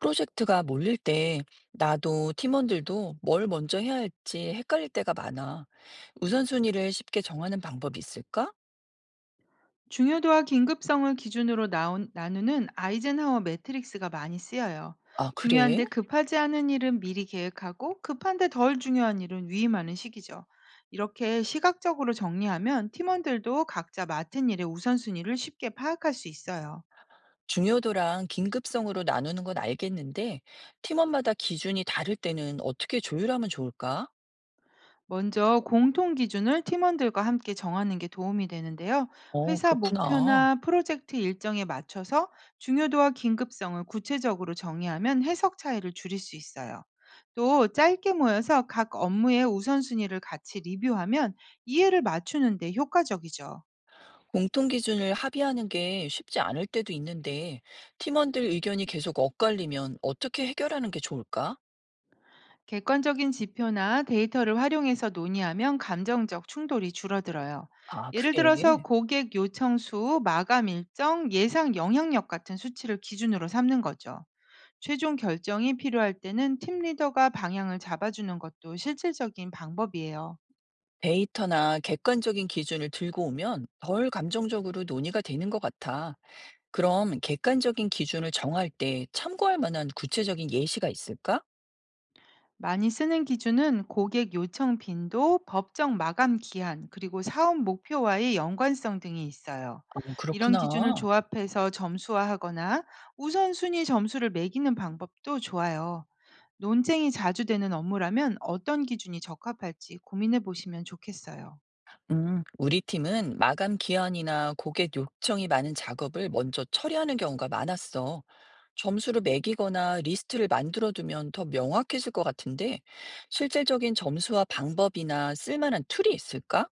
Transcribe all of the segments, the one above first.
프로젝트가 몰릴 때 나도 팀원들도 뭘 먼저 해야 할지 헷갈릴 때가 많아. 우선순위를 쉽게 정하는 방법이 있을까? 중요도와 긴급성을 기준으로 나누는 아이젠하워 매트릭스가 많이 쓰여요. 아, 그래? 중요한데 급하지 않은 일은 미리 계획하고, 급한데 덜 중요한 일은 위임하는 식이죠. 이렇게 시각적으로 정리하면 팀원들도 각자 맡은 일의 우선순위를 쉽게 파악할 수 있어요. 중요도랑 긴급성으로 나누는 건 알겠는데, 팀원마다 기준이 다를 때는 어떻게 조율하면 좋을까? 먼저 공통 기준을 팀원들과 함께 정하는 게 도움이 되는데요. 어, 회사 그렇구나. 목표나 프로젝트 일정에 맞춰서 중요도와 긴급성을 구체적으로 정의하면 해석 차이를 줄일 수 있어요. 또 짧게 모여서 각 업무의 우선순위를 같이 리뷰하면 이해를 맞추는데 효과적이죠. 공통 기준을 합의하는 게 쉽지 않을 때도 있는데, 팀원들 의견이 계속 엇갈리면 어떻게 해결하는 게 좋을까? 객관적인 지표나 데이터를 활용해서 논의하면 감정적 충돌이 줄어들어요. 아, 예를 들어서 그래. 고객 요청 수, 마감 일정, 예상 영향력 같은 수치를 기준으로 삼는 거죠. 최종 결정이 필요할 때는 팀 리더가 방향을 잡아주는 것도 실질적인 방법이에요. 데이터나 객관적인 기준을 들고 오면 덜 감정적으로 논의가 되는 것 같아. 그럼 객관적인 기준을 정할 때 참고할 만한 구체적인 예시가 있을까? 많이 쓰는 기준은 고객 요청 빈도, 법적 마감 기한, 그리고 사업 목표와의 연관성 등이 있어요. 어, 이런 기준을 그렇구나. 조합해서 점수화하거나 우선순위 점수를 매기는 방법도 좋아요. 논쟁이 자주 되는 업무라면 어떤 기준이 적합할지 고민해 보시면 좋겠어요. 우리 팀은 마감 기한이나 고객 요청이 많은 작업을 먼저 처리하는 경우가 많았어. 점수를 매기거나 리스트를 만들어두면 더 명확해질 것 같은데, 실질적인 점수와 방법이나 쓸만한 툴이 있을까?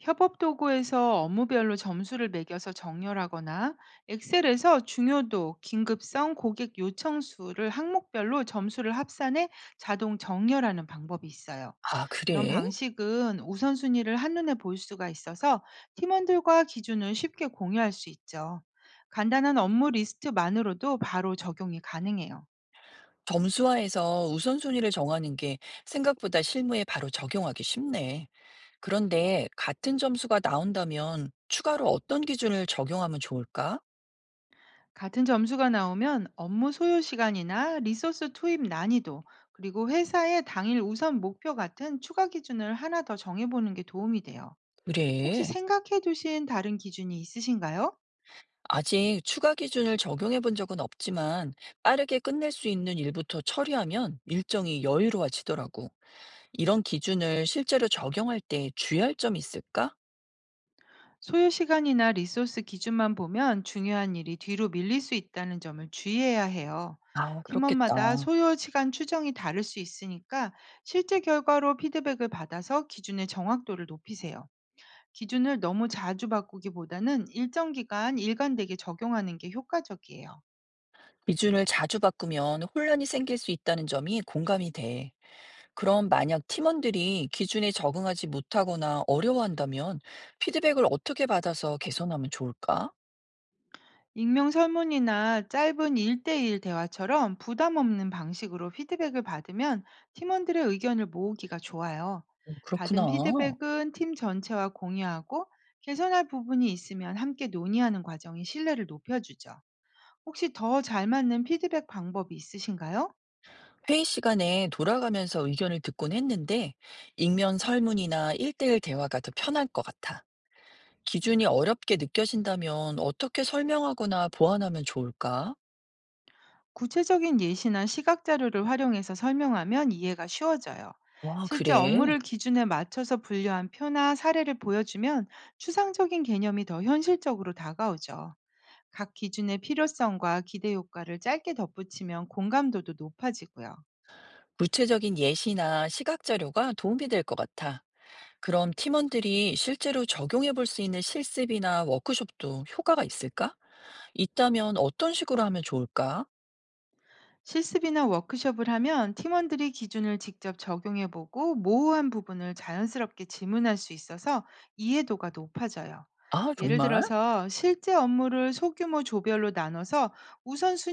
협업 도구에서 업무별로 점수를 매겨서 정렬하거나, 엑셀에서 중요도, 긴급성, 고객 요청 수를 항목별로 점수를 합산해 자동 정렬하는 방법이 있어요. 아, 이런 그래? 방식은 우선순위를 한눈에 볼 수가 있어서 팀원들과 기준을 쉽게 공유할 수 있죠. 간단한 업무 리스트만으로도 바로 적용이 가능해요. 점수화해서 우선순위를 정하는 게 생각보다 실무에 바로 적용하기 쉽네. 그런데 같은 점수가 나온다면 추가로 어떤 기준을 적용하면 좋을까? 같은 점수가 나오면 업무 소요 시간이나 리소스 투입 난이도, 그리고 회사의 당일 우선 목표 같은 추가 기준을 하나 더 정해보는 게 도움이 돼요. 혹시 그래. 생각해 두신 다른 기준이 있으신가요? 아직 추가 기준을 적용해 본 적은 없지만 빠르게 끝낼 수 있는 일부터 처리하면 일정이 여유로워지더라고. 이런 기준을 실제로 적용할 때 주의할 점이 있을까? 소요 시간이나 리소스 기준만 보면 중요한 일이 뒤로 밀릴 수 있다는 점을 주의해야 해요. 아, 그렇겠다. 팀원마다 소요 시간 추정이 다를 수 있으니까 실제 결과로 피드백을 받아서 기준의 정확도를 높이세요. 기준을 너무 자주 바꾸기보다는 일정 기간 일관되게 적용하는 게 효과적이에요. 기준을 자주 바꾸면 혼란이 생길 수 있다는 점이 공감이 돼. 그럼 만약 팀원들이 기준에 적응하지 못하거나 어려워한다면 피드백을 어떻게 받아서 개선하면 좋을까? 익명 설문이나 짧은 1대1 대화처럼 부담 없는 방식으로 피드백을 받으면 팀원들의 의견을 모으기가 좋아요. 어, 받은 그렇구나. 피드백은 팀 전체와 공유하고, 개선할 부분이 있으면 함께 논의하는 과정이 신뢰를 높여주죠. 혹시 더 잘 맞는 피드백 방법이 있으신가요? 회의 시간에 돌아가면서 의견을 듣곤 했는데 익면 설문이나 1대1 대화가 더 편할 것 같아. 기준이 어렵게 느껴진다면 어떻게 설명하거나 보완하면 좋을까? 구체적인 예시나 시각 자료를 활용해서 설명하면 이해가 쉬워져요. 와, 실제 그래. 업무를 기준에 맞춰서 분류한 표나 사례를 보여주면 추상적인 개념이 더 현실적으로 다가오죠. 각 기준의 필요성과 기대 효과를 짧게 덧붙이면 공감도도 높아지고요. 구체적인 예시나 시각 자료가 도움이 될 것 같아. 그럼 팀원들이 실제로 적용해 볼 수 있는 실습이나 워크숍도 효과가 있을까? 있다면 어떤 식으로 하면 좋을까? 실습이나 워크숍을 하면 팀원들이 기준을 직접 적용해 보고 모호한 부분을 자연스럽게 질문할 수 있어서 이해도가 높아져요. 아, 예를 정말? 들어서 실제 업무를 소규모 조별로 나눠서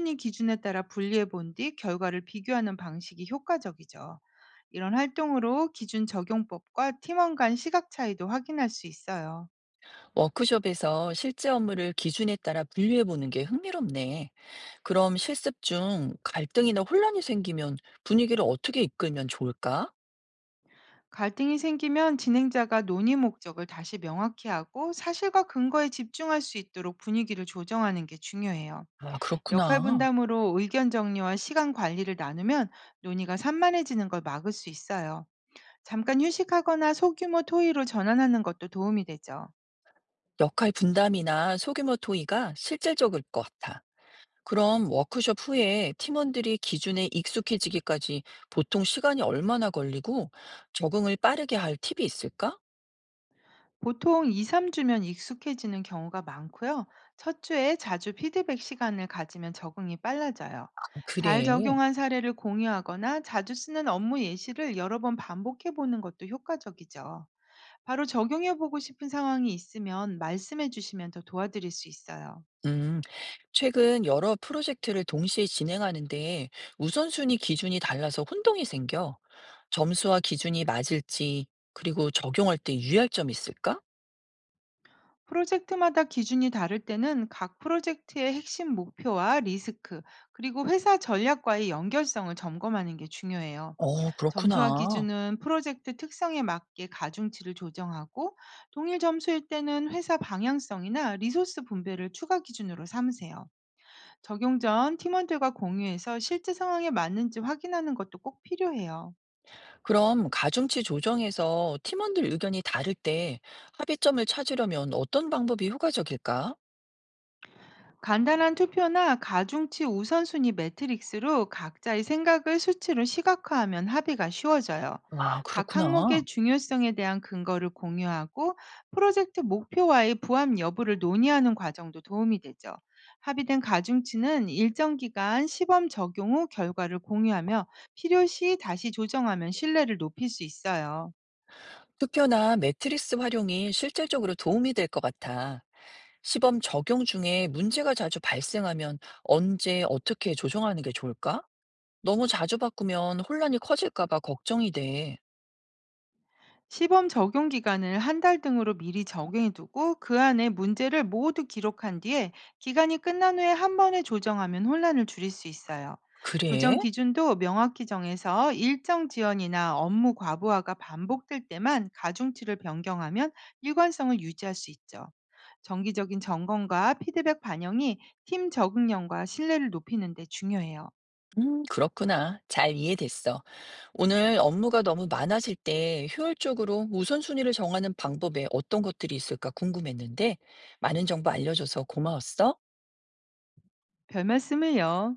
우선순위 기준에 따라 분리해 본 뒤 결과를 비교하는 방식이 효과적이죠. 이런 활동으로 기준 적용법과 팀원 간 시각 차이도 확인할 수 있어요. 워크숍에서 실제 업무를 기준에 따라 분류해 보는 게 흥미롭네. 그럼 실습 중 갈등이나 혼란이 생기면 분위기를 어떻게 이끌면 좋을까? 갈등이 생기면 진행자가 논의 목적을 다시 명확히 하고 사실과 근거에 집중할 수 있도록 분위기를 조정하는 게 중요해요. 아, 역할 그렇구나. 분담으로 의견 정리와 시간 관리를 나누면 논의가 산만해지는 걸 막을 수 있어요. 잠깐 휴식하거나 소규모 토의로 전환하는 것도 도움이 되죠. 역할 분담이나 소규모 토의가 실질적일 것 같아. 그럼 워크숍 후에 팀원들이 기준에 익숙해지기까지 보통 시간이 얼마나 걸리고 적응을 빠르게 할 팁이 있을까? 보통 2-3 주면 익숙해지는 경우가 많고요. 첫 주에 자주 피드백 시간을 가지면 적응이 빨라져요. 아, 잘 그래. 적용한 사례를 공유하거나 자주 쓰는 업무 예시를 여러 번 반복해 보는 것도 효과적이죠. 바로 적용해 보고 싶은 상황이 있으면 말씀해 주시면 더 도와드릴 수 있어요. 음, 최근 여러 프로젝트를 동시에 진행하는데 우선순위 기준이 달라서 혼동이 생겨. 점수와 기준이 맞을지, 그리고 적용할 때 유의할 점 있을까? 프로젝트마다 기준이 다를 때는 각 프로젝트의 핵심 목표와 리스크, 그리고 회사 전략과의 연결성을 점검하는 게 중요해요. 어, 점수화 그렇구나. 기준은 프로젝트 특성에 맞게 가중치를 조정하고, 동일 점수일 때는 회사 방향성이나 리소스 분배를 추가 기준으로 삼으세요. 적용 전 팀원들과 공유해서 실제 상황에 맞는지 확인하는 것도 꼭 필요해요. 그럼 가중치 조정에서 팀원들 의견이 다를 때 합의점을 찾으려면 어떤 방법이 효과적일까? 간단한 투표나 가중치 우선순위 매트릭스로 각자의 생각을 수치로 시각화하면 합의가 쉬워져요. 아, 각 그렇구나. 항목의 중요성에 대한 근거를 공유하고 프로젝트 목표와의 부합 여부를 논의하는 과정도 도움이 되죠. 합의된 가중치는 일정 기간 시범 적용 후 결과를 공유하며, 필요시 다시 조정하면 신뢰를 높일 수 있어요. 투표나 매트리스 활용이 실질적으로 도움이 될 것 같아. 시범 적용 중에 문제가 자주 발생하면 언제 어떻게 조정하는 게 좋을까? 너무 자주 바꾸면 혼란이 커질까 봐 걱정이 돼. 시범 적용 기간을 한 달 등으로 미리 적용해 두고 그 안에 문제를 모두 기록한 뒤에, 기간이 끝난 후에 한 번에 조정하면 혼란을 줄일 수 있어요. 그래? 조정 기준도 명확히 정해서 일정 지연이나 업무 과부하가 반복될 때만 가중치를 변경하면 일관성을 유지할 수 있죠. 정기적인 점검과 피드백 반영이 팀 적응력과 신뢰를 높이는 데 중요해요. 그렇구나. 잘 이해됐어. 오늘 업무가 너무 많아질 때 효율적으로 우선순위를 정하는 방법에 어떤 것들이 있을까 궁금했는데 많은 정보 알려줘서 고마웠어. 별 말씀을요.